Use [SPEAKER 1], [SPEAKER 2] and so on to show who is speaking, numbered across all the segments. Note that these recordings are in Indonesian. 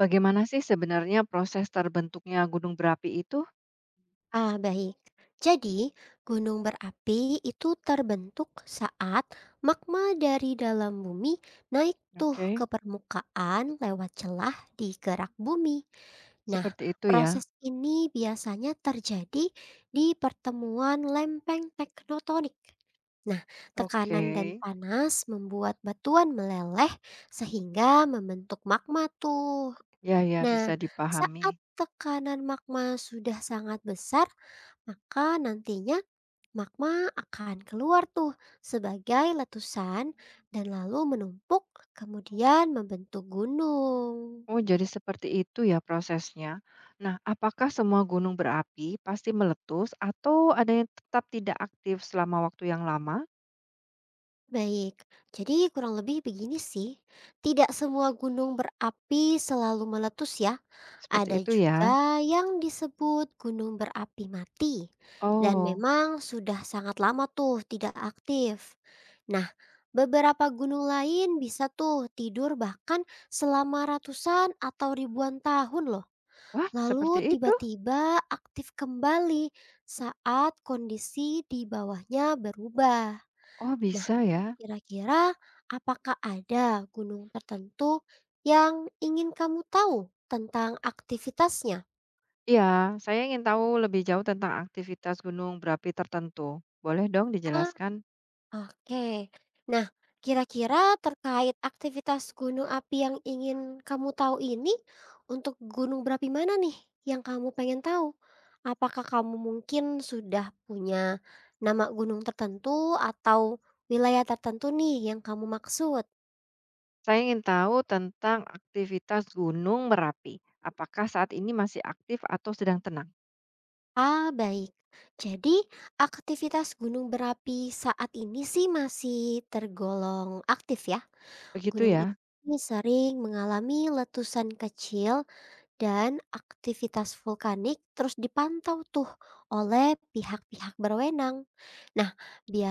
[SPEAKER 1] Bagaimana sih sebenarnya proses terbentuknya gunung berapi itu?
[SPEAKER 2] Baik. Jadi, gunung berapi itu terbentuk saat magma dari dalam bumi naik tuh
[SPEAKER 1] Oke.
[SPEAKER 2] ke permukaan lewat celah di gerak bumi. Nah,
[SPEAKER 1] Seperti itu ya?
[SPEAKER 2] proses ini biasanya terjadi di pertemuan lempeng tektonik. Nah,
[SPEAKER 1] Oke.
[SPEAKER 2] tekanan dan panas membuat batuan meleleh sehingga membentuk magma tuh.
[SPEAKER 1] Ya, ya,
[SPEAKER 2] Nah,
[SPEAKER 1] bisa dipahami.
[SPEAKER 2] saat tekanan magma sudah sangat besar, maka nantinya magma akan keluar tuh sebagai letusan dan lalu menumpuk kemudian membentuk gunung.
[SPEAKER 1] Oh, jadi seperti itu ya prosesnya. Nah, apakah semua gunung berapi pasti meletus atau ada yang tetap tidak aktif selama waktu yang lama?
[SPEAKER 2] Baik, jadi kurang lebih begini sih. Tidak semua gunung berapi selalu meletus ya.
[SPEAKER 1] Seperti
[SPEAKER 2] Ada
[SPEAKER 1] itu ya?
[SPEAKER 2] juga yang disebut gunung berapi mati, dan
[SPEAKER 1] Oh,
[SPEAKER 2] memang sudah sangat lama tuh tidak aktif. Nah, beberapa gunung lain bisa tuh tidur bahkan selama ratusan atau ribuan tahun loh.
[SPEAKER 1] wah seperti
[SPEAKER 2] Lalu
[SPEAKER 1] itu?
[SPEAKER 2] tiba-tiba aktif kembali saat kondisi di bawahnya berubah.
[SPEAKER 1] Oh,
[SPEAKER 2] Nah,
[SPEAKER 1] bisa ya?
[SPEAKER 2] kira-kira apakah ada gunung tertentu yang ingin kamu tahu tentang aktivitasnya?
[SPEAKER 1] Iya, saya ingin tahu lebih jauh tentang aktivitas gunung berapi tertentu. Boleh dong dijelaskan?
[SPEAKER 2] Oke. Nah, kira-kira terkait aktivitas gunung api yang ingin kamu tahu ini, untuk gunung berapi mana nih yang kamu pengen tahu? Apakah kamu mungkin sudah punya nama gunung tertentu atau wilayah tertentu nih yang kamu maksud?
[SPEAKER 1] Saya ingin tahu tentang aktivitas Gunung Merapi. Apakah saat ini masih aktif atau sedang tenang?
[SPEAKER 2] Baik. Jadi, aktivitas gunung berapi saat ini sih masih tergolong aktif ya.
[SPEAKER 1] Begitu
[SPEAKER 2] Gunung
[SPEAKER 1] ya?
[SPEAKER 2] ini sering mengalami letusan kecil dan aktivitas vulkanik terus dipantau tuh oleh pihak-pihak berwenang. Nah,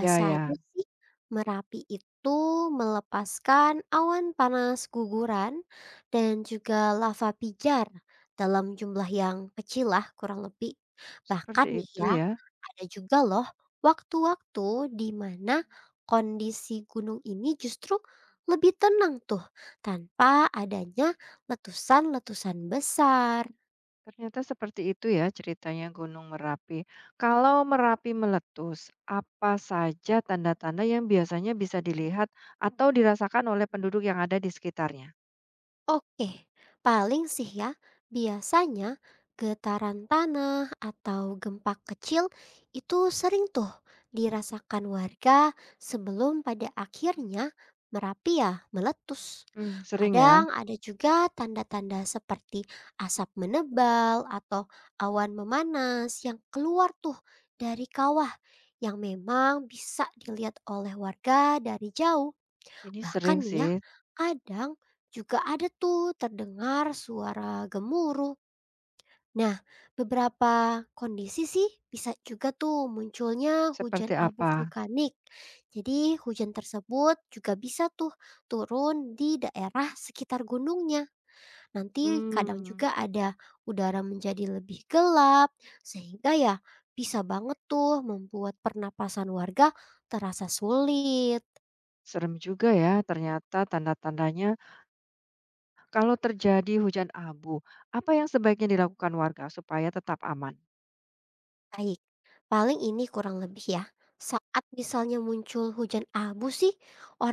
[SPEAKER 1] Ya, ya.
[SPEAKER 2] sih Merapi itu melepaskan awan panas guguran dan juga lava pijar dalam jumlah yang kecil lah kurang lebih.
[SPEAKER 1] Seperti
[SPEAKER 2] Bahkan nih
[SPEAKER 1] itu
[SPEAKER 2] ya,
[SPEAKER 1] ya.
[SPEAKER 2] ada juga loh waktu-waktu di mana kondisi gunung ini justru lebih tenang tuh tanpa adanya letusan-letusan besar.
[SPEAKER 1] Ternyata seperti itu ya ceritanya Gunung Merapi. Kalau Merapi meletus, apa saja tanda-tanda yang biasanya bisa dilihat atau dirasakan oleh penduduk yang ada di sekitarnya?
[SPEAKER 2] Oke, paling sih ya, biasanya getaran tanah atau gempa kecil itu sering tuh dirasakan warga sebelum pada akhirnya Merapi ya meletus.
[SPEAKER 1] Hmm, sering ya.
[SPEAKER 2] Kadang ada juga tanda-tanda seperti asap menebal atau awan memanas yang keluar tuh dari kawah yang memang bisa dilihat oleh warga dari jauh.
[SPEAKER 1] Ini
[SPEAKER 2] Bahkan
[SPEAKER 1] sering
[SPEAKER 2] nih ya,
[SPEAKER 1] sih.
[SPEAKER 2] kadang juga ada tuh terdengar suara gemuruh. Nah, beberapa kondisi sih bisa juga tuh munculnya
[SPEAKER 1] Seperti
[SPEAKER 2] hujan abu
[SPEAKER 1] apa?
[SPEAKER 2] vulkanik. Jadi hujan tersebut juga bisa tuh turun di daerah sekitar gunungnya. Nanti kadang
[SPEAKER 1] Hmm,
[SPEAKER 2] juga ada udara menjadi lebih gelap sehingga ya bisa banget tuh membuat pernapasan warga terasa sulit.
[SPEAKER 1] serem juga ya. Ternyata tanda-tandanya. Kalau terjadi hujan abu, apa yang sebaiknya dilakukan warga supaya tetap aman?
[SPEAKER 2] Baik, paling ini kurang lebih ya. Saat misalnya muncul hujan abu sih,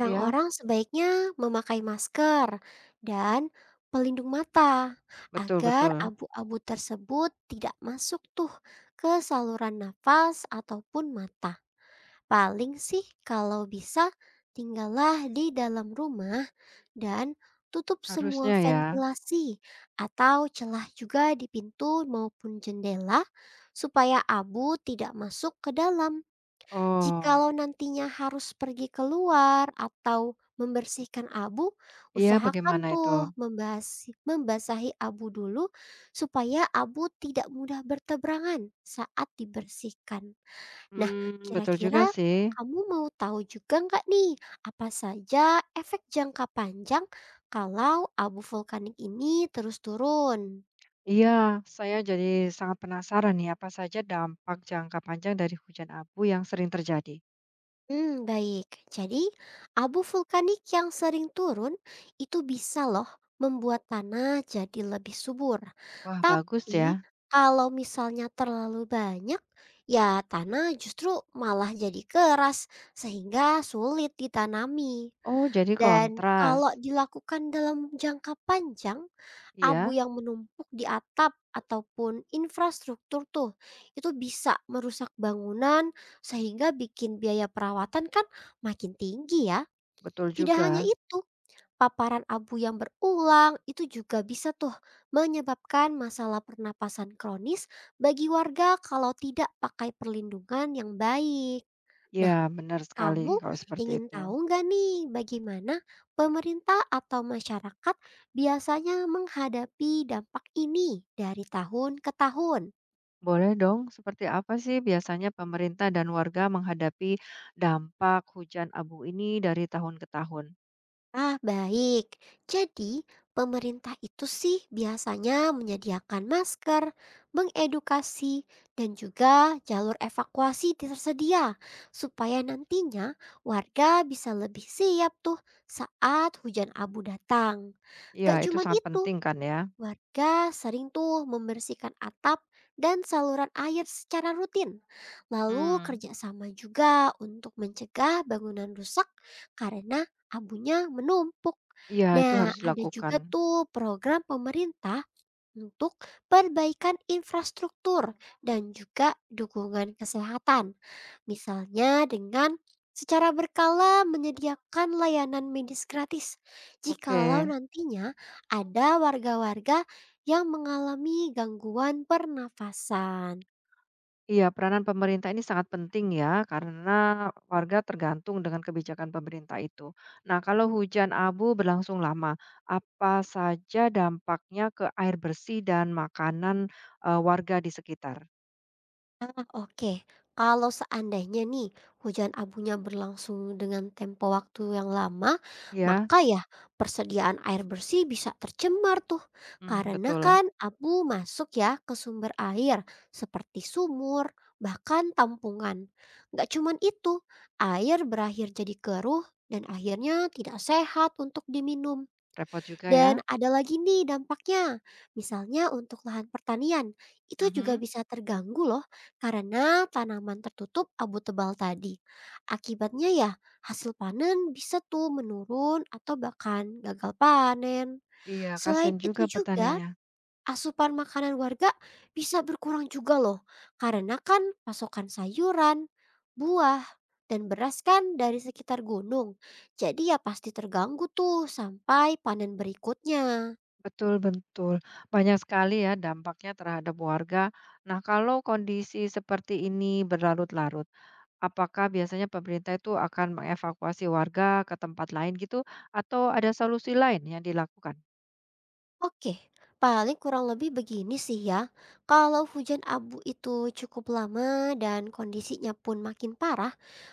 [SPEAKER 1] Iya,
[SPEAKER 2] sebaiknya memakai masker dan pelindung mata
[SPEAKER 1] betul
[SPEAKER 2] agar
[SPEAKER 1] betul.
[SPEAKER 2] abu-abu tersebut tidak masuk tuh ke saluran nafas ataupun mata. Paling sih kalau bisa tinggallah di dalam rumah dan tutup semua
[SPEAKER 1] Harusnya ya.
[SPEAKER 2] ventilasi atau celah juga di pintu maupun jendela supaya abu tidak masuk ke dalam.
[SPEAKER 1] Oh,
[SPEAKER 2] Jikalau nantinya harus pergi keluar atau membersihkan abu,
[SPEAKER 1] iya
[SPEAKER 2] usahakan
[SPEAKER 1] bagaimana itu?
[SPEAKER 2] tuh membasahi abu dulu supaya abu tidak mudah bertebaran saat dibersihkan. Nah,
[SPEAKER 1] Hmm, betul juga
[SPEAKER 2] kira-kira
[SPEAKER 1] sih.
[SPEAKER 2] kamu mau tahu juga nggak nih, apa saja efek jangka panjang kalau abu vulkanik ini terus turun?
[SPEAKER 1] Iya, saya jadi sangat penasaran nih apa saja dampak jangka panjang dari hujan abu yang sering terjadi.
[SPEAKER 2] Baik. Jadi, abu vulkanik yang sering turun itu bisa loh membuat tanah jadi lebih subur.
[SPEAKER 1] Wah, bagus ya.
[SPEAKER 2] Tapi, kalau misalnya terlalu banyak, ya tanah justru malah jadi keras sehingga sulit ditanami.
[SPEAKER 1] Oh, jadi
[SPEAKER 2] Dan kalau
[SPEAKER 1] kontras.
[SPEAKER 2] dilakukan dalam jangka panjang, abu
[SPEAKER 1] Iya,
[SPEAKER 2] yang menumpuk di atap ataupun infrastruktur tuh, itu bisa merusak bangunan sehingga bikin biaya perawatan kan makin tinggi ya.
[SPEAKER 1] betul
[SPEAKER 2] Tidak hanya
[SPEAKER 1] juga.
[SPEAKER 2] itu, paparan abu yang berulang itu juga bisa tuh menyebabkan masalah pernapasan kronis bagi warga kalau tidak pakai perlindungan yang baik.
[SPEAKER 1] Iya, benar sekali
[SPEAKER 2] Kamu
[SPEAKER 1] kalau seperti
[SPEAKER 2] ingin
[SPEAKER 1] itu.
[SPEAKER 2] tahu nggak nih bagaimana pemerintah atau masyarakat biasanya menghadapi dampak ini dari tahun ke tahun?
[SPEAKER 1] Boleh dong, seperti apa sih biasanya pemerintah dan warga menghadapi dampak hujan abu ini dari tahun ke tahun?
[SPEAKER 2] Baik. Jadi, pemerintah itu sih biasanya menyediakan masker, mengedukasi, dan juga jalur evakuasi tersedia supaya nantinya warga bisa lebih siap tuh saat hujan abu datang.
[SPEAKER 1] Ya
[SPEAKER 2] Gak
[SPEAKER 1] itu
[SPEAKER 2] cuman
[SPEAKER 1] sangat
[SPEAKER 2] itu,
[SPEAKER 1] penting kan ya?
[SPEAKER 2] warga sering tuh membersihkan atap dan saluran air secara rutin. Lalu
[SPEAKER 1] Hmm.
[SPEAKER 2] kerjasama juga untuk mencegah bangunan rusak karena abunya menumpuk.
[SPEAKER 1] Iya, itu
[SPEAKER 2] Nah,
[SPEAKER 1] harus
[SPEAKER 2] ada
[SPEAKER 1] dilakukan.
[SPEAKER 2] juga tuh program pemerintah untuk perbaikan infrastruktur dan juga dukungan kesehatan. Misalnya dengan secara berkala menyediakan layanan medis gratis jikalau
[SPEAKER 1] Oke.
[SPEAKER 2] nantinya ada warga-warga yang mengalami gangguan pernafasan.
[SPEAKER 1] Iya, peranan pemerintah ini sangat penting ya, karena warga tergantung dengan kebijakan pemerintah itu. Nah, kalau hujan abu berlangsung lama, apa saja dampaknya ke air bersih dan makanan warga di sekitar?
[SPEAKER 2] Oke. Kalau seandainya nih hujan abunya berlangsung dengan tempo waktu yang lama,
[SPEAKER 1] Ya,
[SPEAKER 2] maka ya persediaan air bersih bisa tercemar tuh.
[SPEAKER 1] mm,
[SPEAKER 2] Karena
[SPEAKER 1] betul.
[SPEAKER 2] kan abu masuk ya ke sumber air seperti sumur, bahkan tampungan. Nggak cuman itu, air berakhir jadi keruh dan akhirnya tidak sehat untuk diminum.
[SPEAKER 1] Repot juga ya.
[SPEAKER 2] Dan ada lagi nih dampaknya, misalnya untuk lahan pertanian, itu juga
[SPEAKER 1] Mhm.
[SPEAKER 2] bisa terganggu loh karena tanaman tertutup abu tebal tadi. Akibatnya ya hasil panen bisa tuh menurun atau bahkan gagal panen.
[SPEAKER 1] Iya,
[SPEAKER 2] Selain
[SPEAKER 1] kasihan
[SPEAKER 2] itu
[SPEAKER 1] juga
[SPEAKER 2] juga
[SPEAKER 1] petaninya.
[SPEAKER 2] asupan makanan warga bisa berkurang juga loh, karena kan pasokan sayuran, buah, dan beras kan dari sekitar gunung. Jadi ya pasti terganggu tuh sampai panen berikutnya.
[SPEAKER 1] Betul betul. Banyak sekali ya dampaknya terhadap warga. Nah, kalau kondisi seperti ini berlarut-larut, apakah biasanya pemerintah itu akan mengevakuasi warga ke tempat lain gitu atau ada solusi lain yang dilakukan?
[SPEAKER 2] Oke, paling kurang lebih begini sih ya. Kalau hujan abu itu cukup lama dan kondisinya pun makin parah,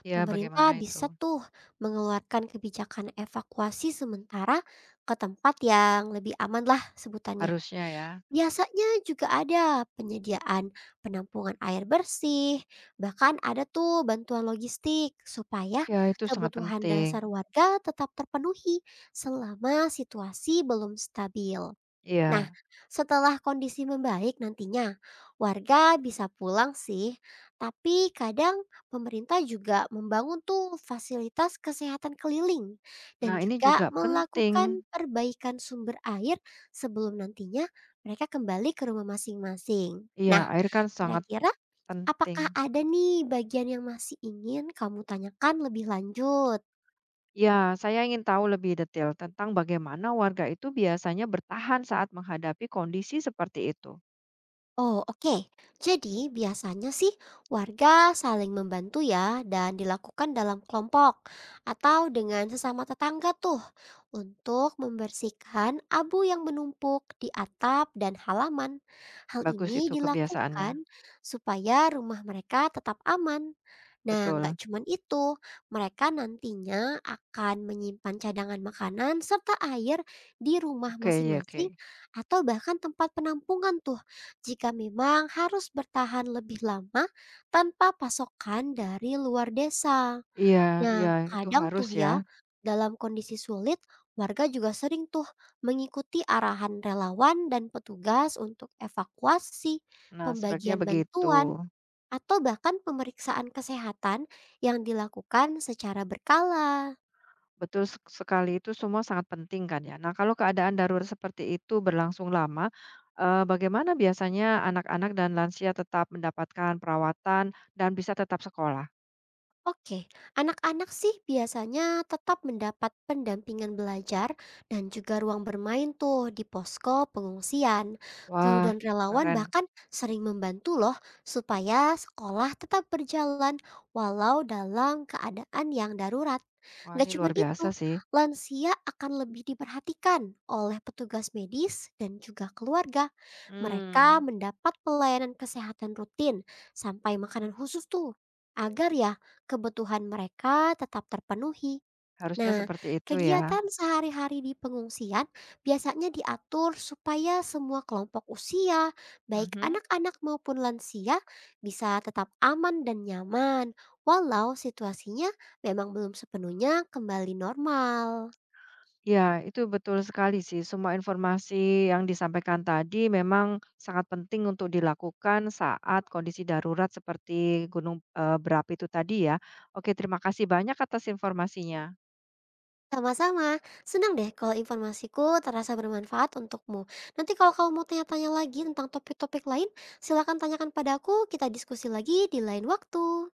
[SPEAKER 1] Ya
[SPEAKER 2] pemerintah
[SPEAKER 1] bagaimana itu?
[SPEAKER 2] bisa tuh mengeluarkan kebijakan evakuasi sementara ke tempat yang lebih aman lah sebutannya.
[SPEAKER 1] Harusnya ya.
[SPEAKER 2] Biasanya juga ada penyediaan penampungan air bersih, bahkan ada tuh bantuan logistik supaya
[SPEAKER 1] Ya, itu sangat
[SPEAKER 2] kebutuhan
[SPEAKER 1] penting.
[SPEAKER 2] dasar warga tetap terpenuhi selama situasi belum stabil. Nah,
[SPEAKER 1] Iya.
[SPEAKER 2] setelah kondisi membaik nantinya, warga bisa pulang sih, tapi kadang pemerintah juga membangun tuh fasilitas kesehatan keliling
[SPEAKER 1] Nah,
[SPEAKER 2] dan
[SPEAKER 1] ini
[SPEAKER 2] juga
[SPEAKER 1] juga penting.
[SPEAKER 2] melakukan perbaikan sumber air sebelum nantinya mereka kembali ke rumah masing-masing.
[SPEAKER 1] Iya,
[SPEAKER 2] Nah,
[SPEAKER 1] air kan sangat
[SPEAKER 2] kira-kira
[SPEAKER 1] penting.
[SPEAKER 2] apakah ada nih bagian yang masih ingin kamu tanyakan lebih lanjut?
[SPEAKER 1] Ya, saya ingin tahu lebih detail tentang bagaimana warga itu biasanya bertahan saat menghadapi kondisi seperti itu.
[SPEAKER 2] Oh, oke. Jadi, biasanya sih warga saling membantu ya dan dilakukan dalam kelompok atau dengan sesama tetangga tuh untuk membersihkan abu yang menumpuk di atap dan halaman. Hal
[SPEAKER 1] Bagus
[SPEAKER 2] ini
[SPEAKER 1] itu kebiasaannya.
[SPEAKER 2] dilakukan supaya rumah mereka tetap aman. Nah,
[SPEAKER 1] Betul.
[SPEAKER 2] nggak cuman itu, mereka nantinya akan menyimpan cadangan makanan serta air di rumah
[SPEAKER 1] Oke, ya, oke.
[SPEAKER 2] masing-masing atau bahkan tempat penampungan tuh jika memang harus bertahan lebih lama tanpa pasokan dari luar desa.
[SPEAKER 1] Iya,
[SPEAKER 2] Nah,
[SPEAKER 1] iya, itu
[SPEAKER 2] kadang
[SPEAKER 1] harus
[SPEAKER 2] tuh
[SPEAKER 1] ya.
[SPEAKER 2] ya, dalam kondisi sulit, warga juga sering tuh mengikuti arahan relawan dan petugas untuk evakuasi,
[SPEAKER 1] Nah, sebaiknya
[SPEAKER 2] pembagian
[SPEAKER 1] begitu.
[SPEAKER 2] bantuan, atau bahkan pemeriksaan kesehatan yang dilakukan secara berkala.
[SPEAKER 1] Sekali itu semua sangat penting kan ya. Nah, kalau keadaan darurat seperti itu berlangsung lama, bagaimana biasanya anak-anak dan lansia tetap mendapatkan perawatan dan bisa tetap sekolah?
[SPEAKER 2] Oke, anak-anak sih biasanya tetap mendapat pendampingan belajar dan juga ruang bermain tuh di posko pengungsian. Guru
[SPEAKER 1] Wah,
[SPEAKER 2] dan relawan
[SPEAKER 1] keren.
[SPEAKER 2] bahkan sering membantu loh supaya sekolah tetap berjalan walau dalam keadaan yang darurat.
[SPEAKER 1] Wah,
[SPEAKER 2] Gak
[SPEAKER 1] ini
[SPEAKER 2] cuman
[SPEAKER 1] luar
[SPEAKER 2] itu,
[SPEAKER 1] biasa sih.
[SPEAKER 2] lansia akan lebih diperhatikan oleh petugas medis dan juga keluarga. Mereka
[SPEAKER 1] Hmm.
[SPEAKER 2] mendapat pelayanan kesehatan rutin sampai makanan khusus tuh agar ya kebutuhan mereka tetap terpenuhi.
[SPEAKER 1] Harusnya
[SPEAKER 2] Nah,
[SPEAKER 1] seperti itu ya.
[SPEAKER 2] kegiatan sehari-hari di pengungsian biasanya diatur supaya semua kelompok usia, baik
[SPEAKER 1] Mhm.
[SPEAKER 2] anak-anak maupun lansia, bisa tetap aman dan nyaman, walau situasinya memang belum sepenuhnya kembali normal.
[SPEAKER 1] Iya, itu betul sekali sih. Semua informasi yang disampaikan tadi memang sangat penting untuk dilakukan saat kondisi darurat seperti gunung, berapi itu tadi ya. Oke, terima kasih banyak atas informasinya.
[SPEAKER 2] Sama-sama, senang deh kalau informasiku terasa bermanfaat untukmu. Nanti kalau kamu mau tanya-tanya lagi tentang topik-topik lain, silakan tanyakan padaku, kita diskusi lagi di lain waktu.